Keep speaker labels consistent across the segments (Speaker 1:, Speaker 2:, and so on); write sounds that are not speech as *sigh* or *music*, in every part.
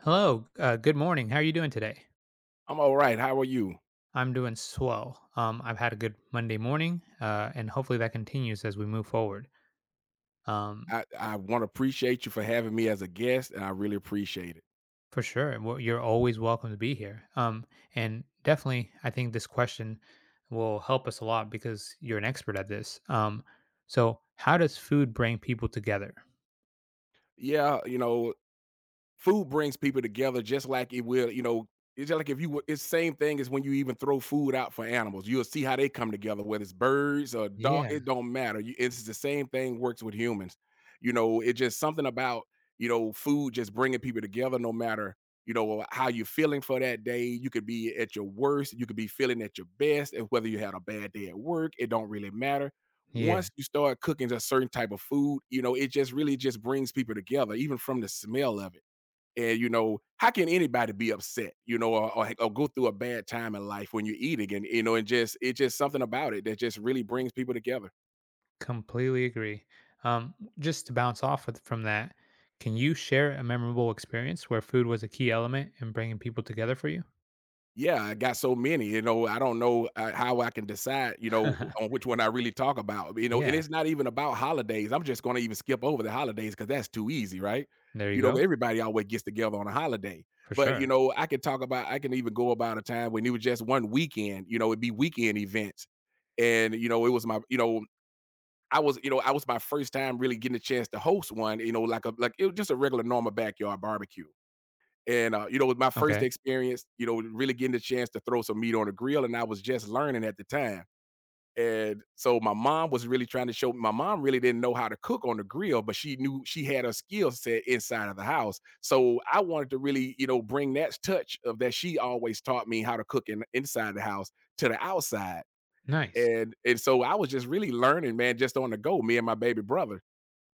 Speaker 1: Hello, good morning. How are you doing today?
Speaker 2: I'm all right. How are you?
Speaker 1: I'm doing swell. I've had a good Monday morning, and hopefully that continues as we move forward. Um,
Speaker 2: I want to appreciate you for having me as a guest, and I really appreciate it.
Speaker 1: for sure, well, you're always welcome to be here. And definitely, I think this question will help us a lot because you're an expert at this. So, how does food bring people together?
Speaker 2: Yeah, food brings people together just like it will, it's just like if you would it's same thing as when you even throw food out for animals. You'll see how they come together, whether it's birds or dog,
Speaker 1: Yeah,
Speaker 2: it don't matter. It's the same thing works with humans. It's just something about, food just bringing people together no matter, how you're feeling for that day. You could be at your worst, you could be feeling at your best, and whether you had a bad day at work, it don't really matter.
Speaker 1: yeah,
Speaker 2: Once you start cooking a certain type of food, it just really just brings people together, even from the smell of it. And how can anybody be upset, or go through a bad time in life when you're eating? And just it's just something about it that just really brings people together.
Speaker 1: completely agree. Um, just to bounce off with, from that, can you share a memorable experience where food was a key element in bringing people together for you?
Speaker 2: Yeah, I got so many. I don't know how I can decide, on
Speaker 1: *laughs*
Speaker 2: which one I really talk about, and
Speaker 1: Yeah,
Speaker 2: it's not even about holidays. I'm just going to even skip over the holidays because that's too easy, right?
Speaker 1: there you go,
Speaker 2: Everybody always gets together on a holiday.
Speaker 1: for
Speaker 2: But
Speaker 1: sure.
Speaker 2: I can even go about a time when it was just one weekend. It'd be weekend events. And I was my first time really getting a chance to host one, like a like it was just a regular normal backyard barbecue. And it was my first
Speaker 1: Okay,
Speaker 2: experience, really getting the chance to throw some meat on the grill, and I was just learning at the time. And so my mom was really trying to show my mom really didn't know how to cook on the grill, but she knew she had a skill set inside of the house. So I wanted to really, bring that touch of that she always taught me how to cook inside the house to the outside.
Speaker 1: nice.
Speaker 2: And so I was just really learning, man, just on the go, me and my baby brother.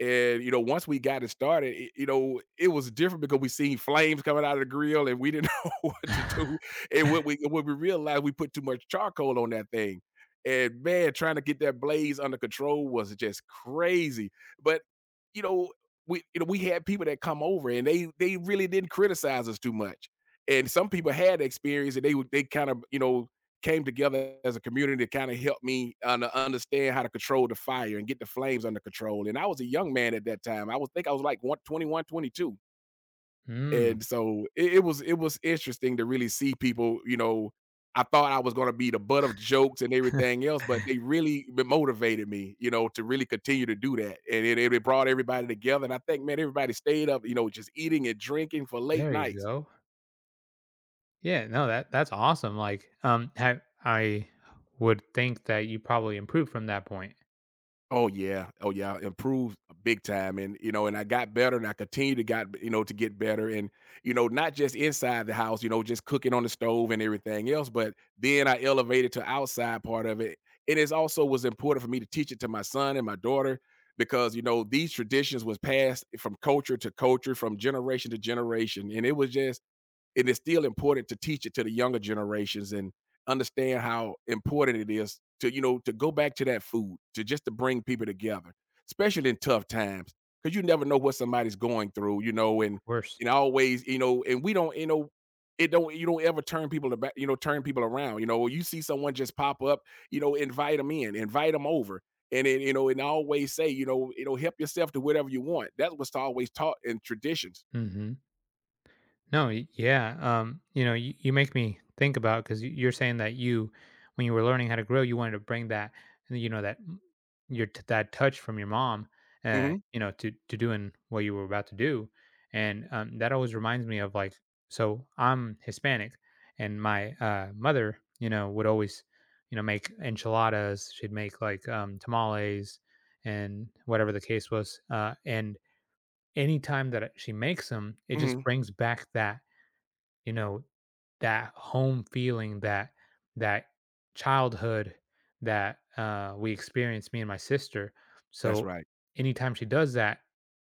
Speaker 2: And once we got it started, it was different because we seen flames coming out of the grill and we didn't *laughs* know what to do.
Speaker 1: *laughs*
Speaker 2: And when we realized we put too much charcoal on that thing. And man, trying to get that blaze under control was just crazy. But you know, we had people that come over and they really didn't criticize us too much. And some people had experience and they kind of, came together as a community to kind of help me understand how to control the fire and get the flames under control. And I was a young man at that time. I was think I was like one 21, 22.
Speaker 1: Mm,
Speaker 2: And so it was interesting to really see people, I thought I was gonna be the butt of jokes and everything else, but they really motivated me, to really continue to do that. And it brought everybody together. And I think, man, everybody stayed up, just eating and drinking for late
Speaker 1: there you
Speaker 2: nights.
Speaker 1: go. Yeah, no, that's awesome, like, ha I would think that you probably improved from that point.
Speaker 2: Oh yeah, oh yeah, improved big time. And I got better, and I continue to got to get better, and not just inside the house, just cooking on the stove and everything else, but then I elevated to outside part of it, and it also was important for me to teach it to my son and my daughter, because these traditions was passed from culture to culture, from generation to generation, and it was just it is still important to teach it to the younger generations and understand how important it is to you know to go back to that food to bring people together, especially in tough times, because you never know what somebody's going through, and
Speaker 1: Worse.
Speaker 2: always, and we don't, it don't, you don't ever turn people about, turn people around, you see someone just pop up, invite them in, invite them over. And then, and I always say, help yourself to whatever you want. That was always taught in traditions.
Speaker 1: Mhm. No, yeah. You know, you make me think about because you're saying that you, when you were learning how to grill, you wanted to bring that, you know, your that touch from your mom,
Speaker 2: Hmm.
Speaker 1: you know, to doing what you were about to do, and that always reminds me of like, so I'm Hispanic, and my mother, you know, would always, you know, make enchiladas. She'd make like tamales, and whatever the case was, and anytime that she makes them, it just
Speaker 2: Hmm.
Speaker 1: brings back that you know, that home feeling, that childhood that we experienced, me and my sister.
Speaker 2: That's
Speaker 1: So
Speaker 2: right.
Speaker 1: anytime she does that,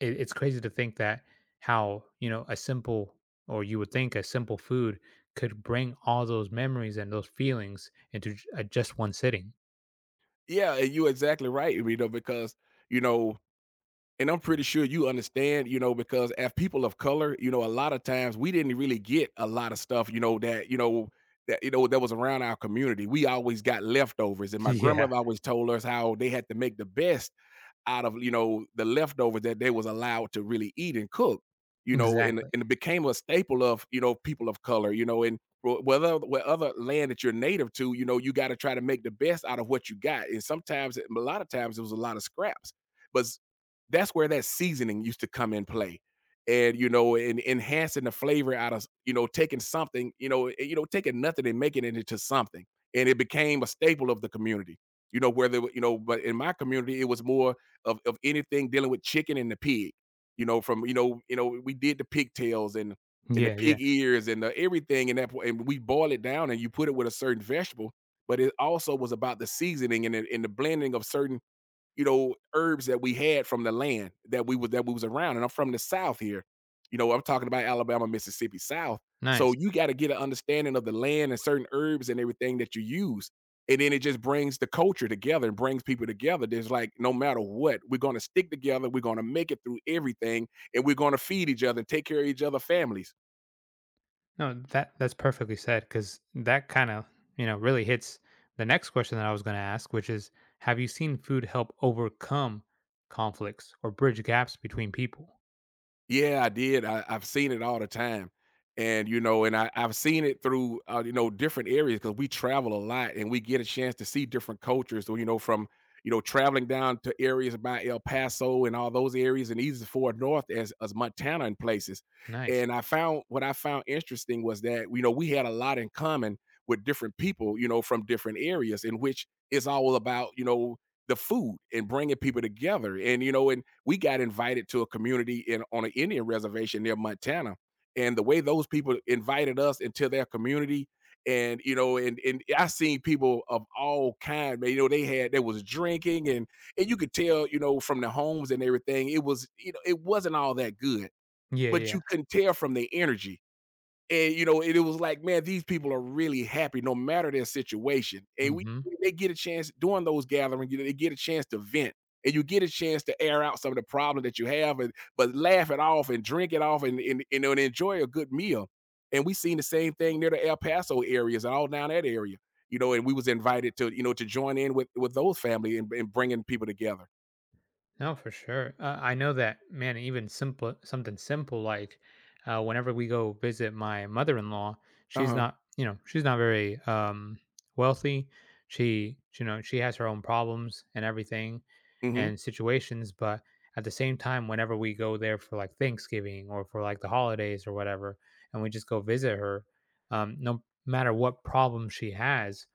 Speaker 1: it's crazy to think that how you know a simple or you would think a simple food could bring all those memories and those feelings into just one sitting.
Speaker 2: Yeah, and you're exactly right, because, you know and I'm pretty sure you understand, because as people of color, a lot of times we didn't really get a lot of stuff, that was around our community. We always got leftovers, and
Speaker 1: *laughs*
Speaker 2: my
Speaker 1: yeah,
Speaker 2: grandmother always told us how they had to make the best out of the leftovers that they was allowed to really eat and cook, and,
Speaker 1: exactly.
Speaker 2: it became a staple of people of color, and whether what other land that you're native to, you got to try to make the best out of what you got. And sometimes a lot of times it was a lot of scraps, but that's where that seasoning used to come in play. And and enhancing the flavor out of, taking something, taking nothing and making it into something. And it became a staple of the community, you know where whether you know but in my community it was more of anything dealing with chicken and the pig. You know, from we did the pigtails and the
Speaker 1: Yeah, yeah.
Speaker 2: pig ears and the everything in that point, and we boil it down and you put it with a certain vegetable. But it also was about the seasoning and and the blending of certain, herbs that we had from the land that we was around. And I'm from the South here. You know, I'm talking about Alabama, Mississippi, South. So
Speaker 1: Nice.
Speaker 2: you got to get an understanding of the land and certain herbs and everything that you use. And then it just brings the culture together and brings people together. There's, like, no matter what, we're gonna stick together, we're gonna make it through everything, and we're gonna feed each other and take care of each other families.
Speaker 1: No, that's perfectly said because that kind of you know really hits the next question that I was going to ask, which is, have you seen food help overcome conflicts or bridge gaps between people?
Speaker 2: Yeah, I did. I've seen it all the time. And I've seen it through you know, different areas, because we travel a lot and we get a chance to see different cultures. So, from traveling down to areas by El Paso and all those areas, and even as far north as Montana and places.
Speaker 1: Nice.
Speaker 2: And I found what I found interesting was that, we had a lot in common with different people, from different areas, in which it's all about, the food and bringing people together. And and we got invited to a community in on an Indian reservation near Montana. And the way those people invited us into their community, and I seen people of all kinds, man. You know, they had there was drinking, and you could tell, from the homes and everything, it was, it wasn't all that good,
Speaker 1: Yeah, yeah.
Speaker 2: but you
Speaker 1: yeah.
Speaker 2: couldn't tell from the energy. And it was like, man, these people are really happy no matter their situation. And we
Speaker 1: Mm-hmm.
Speaker 2: they get a chance during those gatherings, they get a chance to vent, and you get a chance to air out some of the problems that you have, and but laugh it off and drink it off, and, you know, and enjoy a good meal. And we seen the same thing near the El Paso areas and all down that area, you know. And we was invited to, to join in with those family, and, bringing people together.
Speaker 1: No, for sure. I know that, man. Even simple, something simple like whenever we go visit my mother-in-law,
Speaker 2: Uh
Speaker 1: she's
Speaker 2: huh.
Speaker 1: not, you know, she's not very wealthy. She, you know, she has her own problems and everything,
Speaker 2: Hmm.
Speaker 1: and situations. But at the same time, whenever we go there for like Thanksgiving or for like the holidays or whatever, and we just go visit her, no matter what problem she has,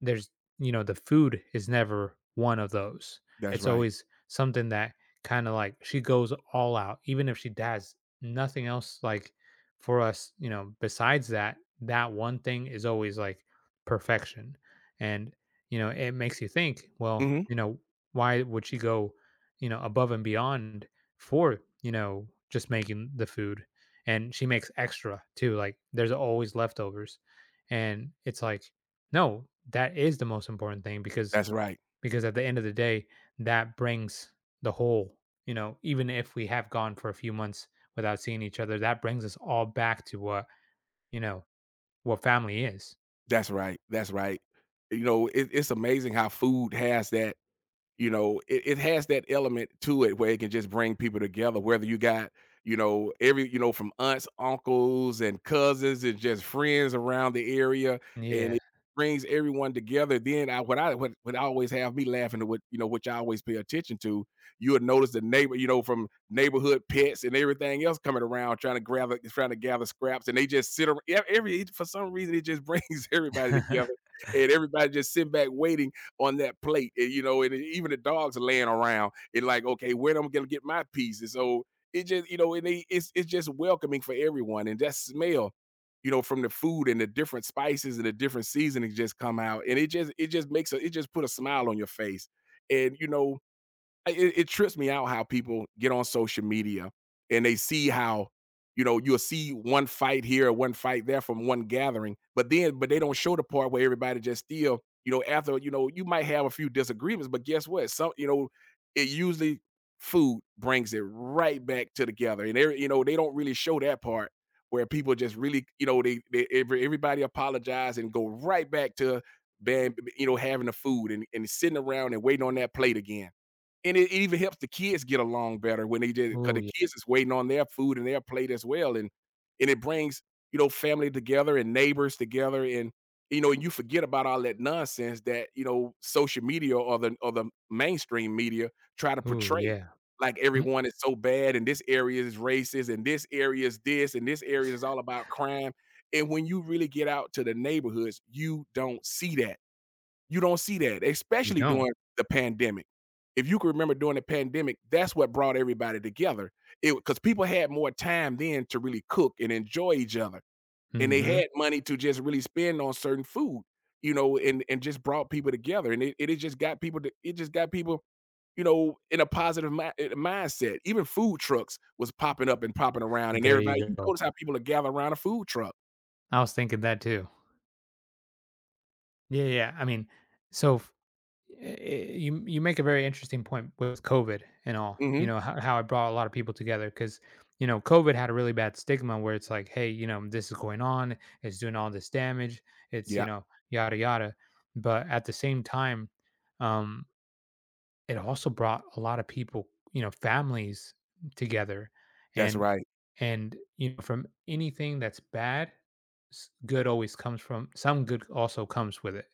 Speaker 1: there's you know, the food is never one of those.
Speaker 2: That's
Speaker 1: It's
Speaker 2: right.
Speaker 1: always something that kinda, like, she goes all out, even if she does nothing else, like, for us, you know, besides that, that one thing is always, like, perfection, and, you know, it makes you think, well,
Speaker 2: Hmm.
Speaker 1: you know, why would she go, you know, above and beyond for, you know, just making the food? And she makes extra too, like, there's always leftovers, and it's like, no, that is the most important thing
Speaker 2: That's right.
Speaker 1: because at the end of the day, that brings the whole, you know, even if we have gone for a few months without seeing each other, that brings us all back to what, you know, what family is.
Speaker 2: That's right, that's right. You know, it's amazing how food has that you know it has that element to it where it can just bring people together whether you got you know from aunts uncles and cousins and just friends around the area and
Speaker 1: Yeah.
Speaker 2: it brings everyone together then I what I always have me laughing at what you know which I always pay attention to you would notice the neighbor you know from neighborhood pets and everything else coming around trying to gather scraps and they just sit around every for some reason it just brings *laughs* everybody together
Speaker 1: *laughs*
Speaker 2: and everybody just sit back waiting on that plate. And, you know, and even the dogs are laying around and like, okay, where am I gonna get my piece? And so it just, you know, it's just welcoming for everyone. And that smell, you know, from the food and the different spices and the different seasonings just come out. And it just makes a it just put a smile on your face. And you know, it trips me out how people get on social media and they see how you know you'll see one fight here or one fight there from one gathering but they don't show the part where everybody just still you know you might have a few disagreements but guess what some you know it usually food brings it right back to together and they don't really show that part where people just really you know they everybody apologize and go right back to bam, you know having the food and sitting around and waiting on that plate again and it even helps the kids get along better when they did it because
Speaker 1: Ooh, yeah.
Speaker 2: the kids is waiting on their food and their plate as well, and it brings you know family together and neighbors together, and you know, and you forget about all that nonsense that you know social media or the mainstream media try to
Speaker 1: Ooh,
Speaker 2: portray.
Speaker 1: yeah.
Speaker 2: Like
Speaker 1: Mm,
Speaker 2: everyone is so bad, and this area is racist, and this area is this, and this area is all about crime. And when you really get out to the neighborhoods, you don't see that. You don't see that,
Speaker 1: You
Speaker 2: especially
Speaker 1: don't.
Speaker 2: during the pandemic. If you can remember during the pandemic, that's what brought everybody together. It because people had more time then to really cook and enjoy each other, and they
Speaker 1: Hmm
Speaker 2: had money to just really spend on certain food, you know, and just brought people together, and it it just got people to it just got people, you know, in a positive mindset. Even food trucks was popping up and popping around, and
Speaker 1: There you
Speaker 2: everybody, you
Speaker 1: go.
Speaker 2: notice how people are gathering around a food truck.
Speaker 1: I was thinking that too. Yeah, yeah. I mean, so you make a very interesting point with COVID and all. You
Speaker 2: Hmm.
Speaker 1: know how it brought a lot of people together because you know COVID had a really bad stigma where it's like, hey, you know, this is going on, it's doing all this damage, it's you
Speaker 2: Yeah,
Speaker 1: know yada yada. But at the same time, um, it also brought a lot of people, you know, families together,
Speaker 2: that's
Speaker 1: and
Speaker 2: right.
Speaker 1: and you know from anything that's bad, good always comes from some good also comes with it,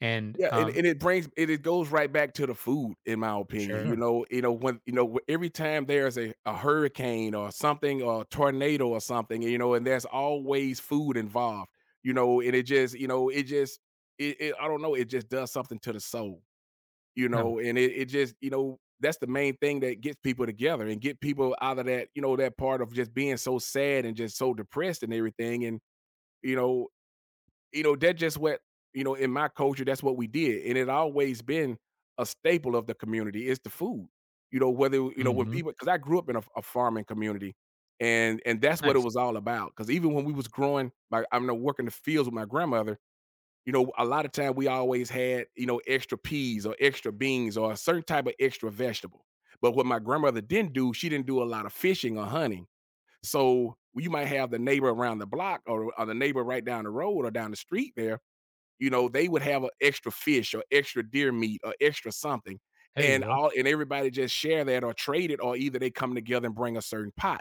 Speaker 1: and
Speaker 2: Yeah, and it brings it it goes right back to the food, in my
Speaker 1: Sure.
Speaker 2: opinion.
Speaker 1: sure,
Speaker 2: You know, when you know, wh- every time there's a hurricane or something or a tornado or something, you know, and there's always food involved, you know, and it just, you know, it just it, I don't know, it just does something to the soul, you
Speaker 1: no,
Speaker 2: know, and it just, you know, that's the main thing that gets people together and get people out of that, you know, that part of just being so sad and just so depressed and everything. And, you know, you know, that just what, you know, in my culture, that's what we did. And it always been a staple of the community is the food. You know, whether, you know, when
Speaker 1: Mhm.
Speaker 2: people because I grew up in a farming community and that's what it
Speaker 1: Nice.
Speaker 2: was all about. Cause even when we was growing, like I'm gonna work in the fields with my grandmother, you know, a lot of time we always had, you know, extra peas or extra beans or a certain type of extra vegetable. But what my grandmother didn't do, she didn't do a lot of fishing or hunting. So you might have the neighbor around the block or the neighbor right down the road or down the street there you know, they would have an extra fish or extra deer meat or extra something,
Speaker 1: There you
Speaker 2: and
Speaker 1: go.
Speaker 2: all and everybody just share that or trade it, or either they come together and bring a certain pot,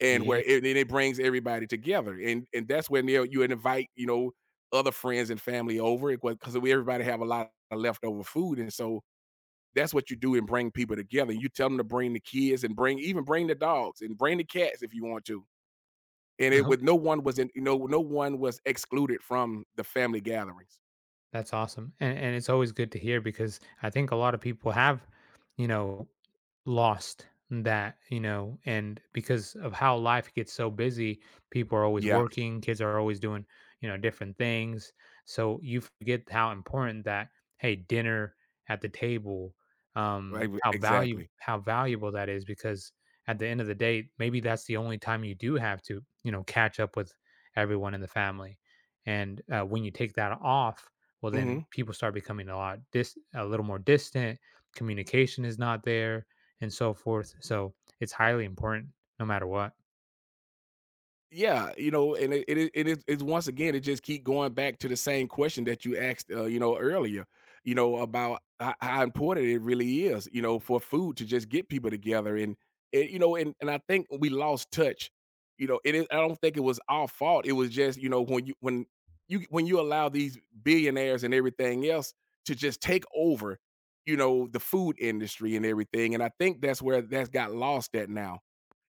Speaker 2: and
Speaker 1: Yeah. *laughs*
Speaker 2: and it brings everybody together, and that's when you invite you know other friends and family over because we everybody have a lot of leftover food, and so that's what you do and bring people together. You tell them to bring the kids and bring even bring the dogs and bring the cats if you want to. And it
Speaker 1: No.
Speaker 2: with no one was in, you know, no one was excluded from the family gatherings.
Speaker 1: That's awesome. And it's always good to hear because I think a lot of people have, you know, lost that, you know, and because of how life gets so busy, people are always
Speaker 2: Yeah.
Speaker 1: working, kids are always doing, you know, different things. So you forget how important that, hey, dinner at the table,
Speaker 2: Right, w
Speaker 1: how value
Speaker 2: exactly.
Speaker 1: how valuable that is because at the end of the day, maybe that's the only time you do have to, you know, catch up with everyone in the family. And when you take that off, well, then
Speaker 2: Mhm.
Speaker 1: people start becoming a lot dis a little more distant. Communication is not there and so forth. So it's highly important no matter what.
Speaker 2: Yeah, you know, and it it is it's once again, it just keep going back to the same question that you asked, you know, earlier, you know, about ho how important it really is, you know, for food to just get people together and, you know, and I think we lost touch, you know, it is I don't think it was our fault, it was just, you know, when you when you when you allow these billionaires and everything else to just take over, you know, the food industry and everything, and I think that's where that's got lost at now.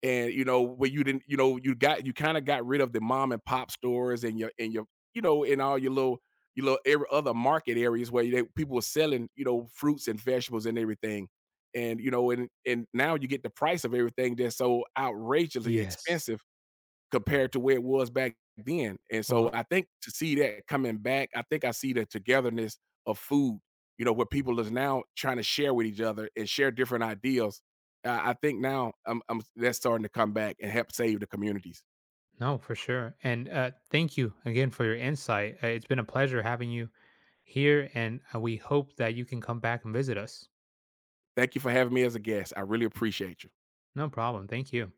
Speaker 2: And you know where you didn't you know you kind of got rid of the mom and pop stores and your you know in all your little every other market areas where people were selling you know fruits and vegetables and everything and you know and now you get the price of everything that's so outrageously
Speaker 1: Yes.
Speaker 2: expensive compared to where it was back then. And so
Speaker 1: Well,
Speaker 2: I think to see that coming back, I think I see the togetherness of food, you know, where people is now trying to share with each other and share different ideals. I think now I'm that's starting to come back and help save the communities.
Speaker 1: no, for sure. And thank you again for your insight. It's been a pleasure having you here, and we hope that you can come back and visit us.
Speaker 2: Thank you for having me as a guest. I really appreciate you.
Speaker 1: No problem. Thank you.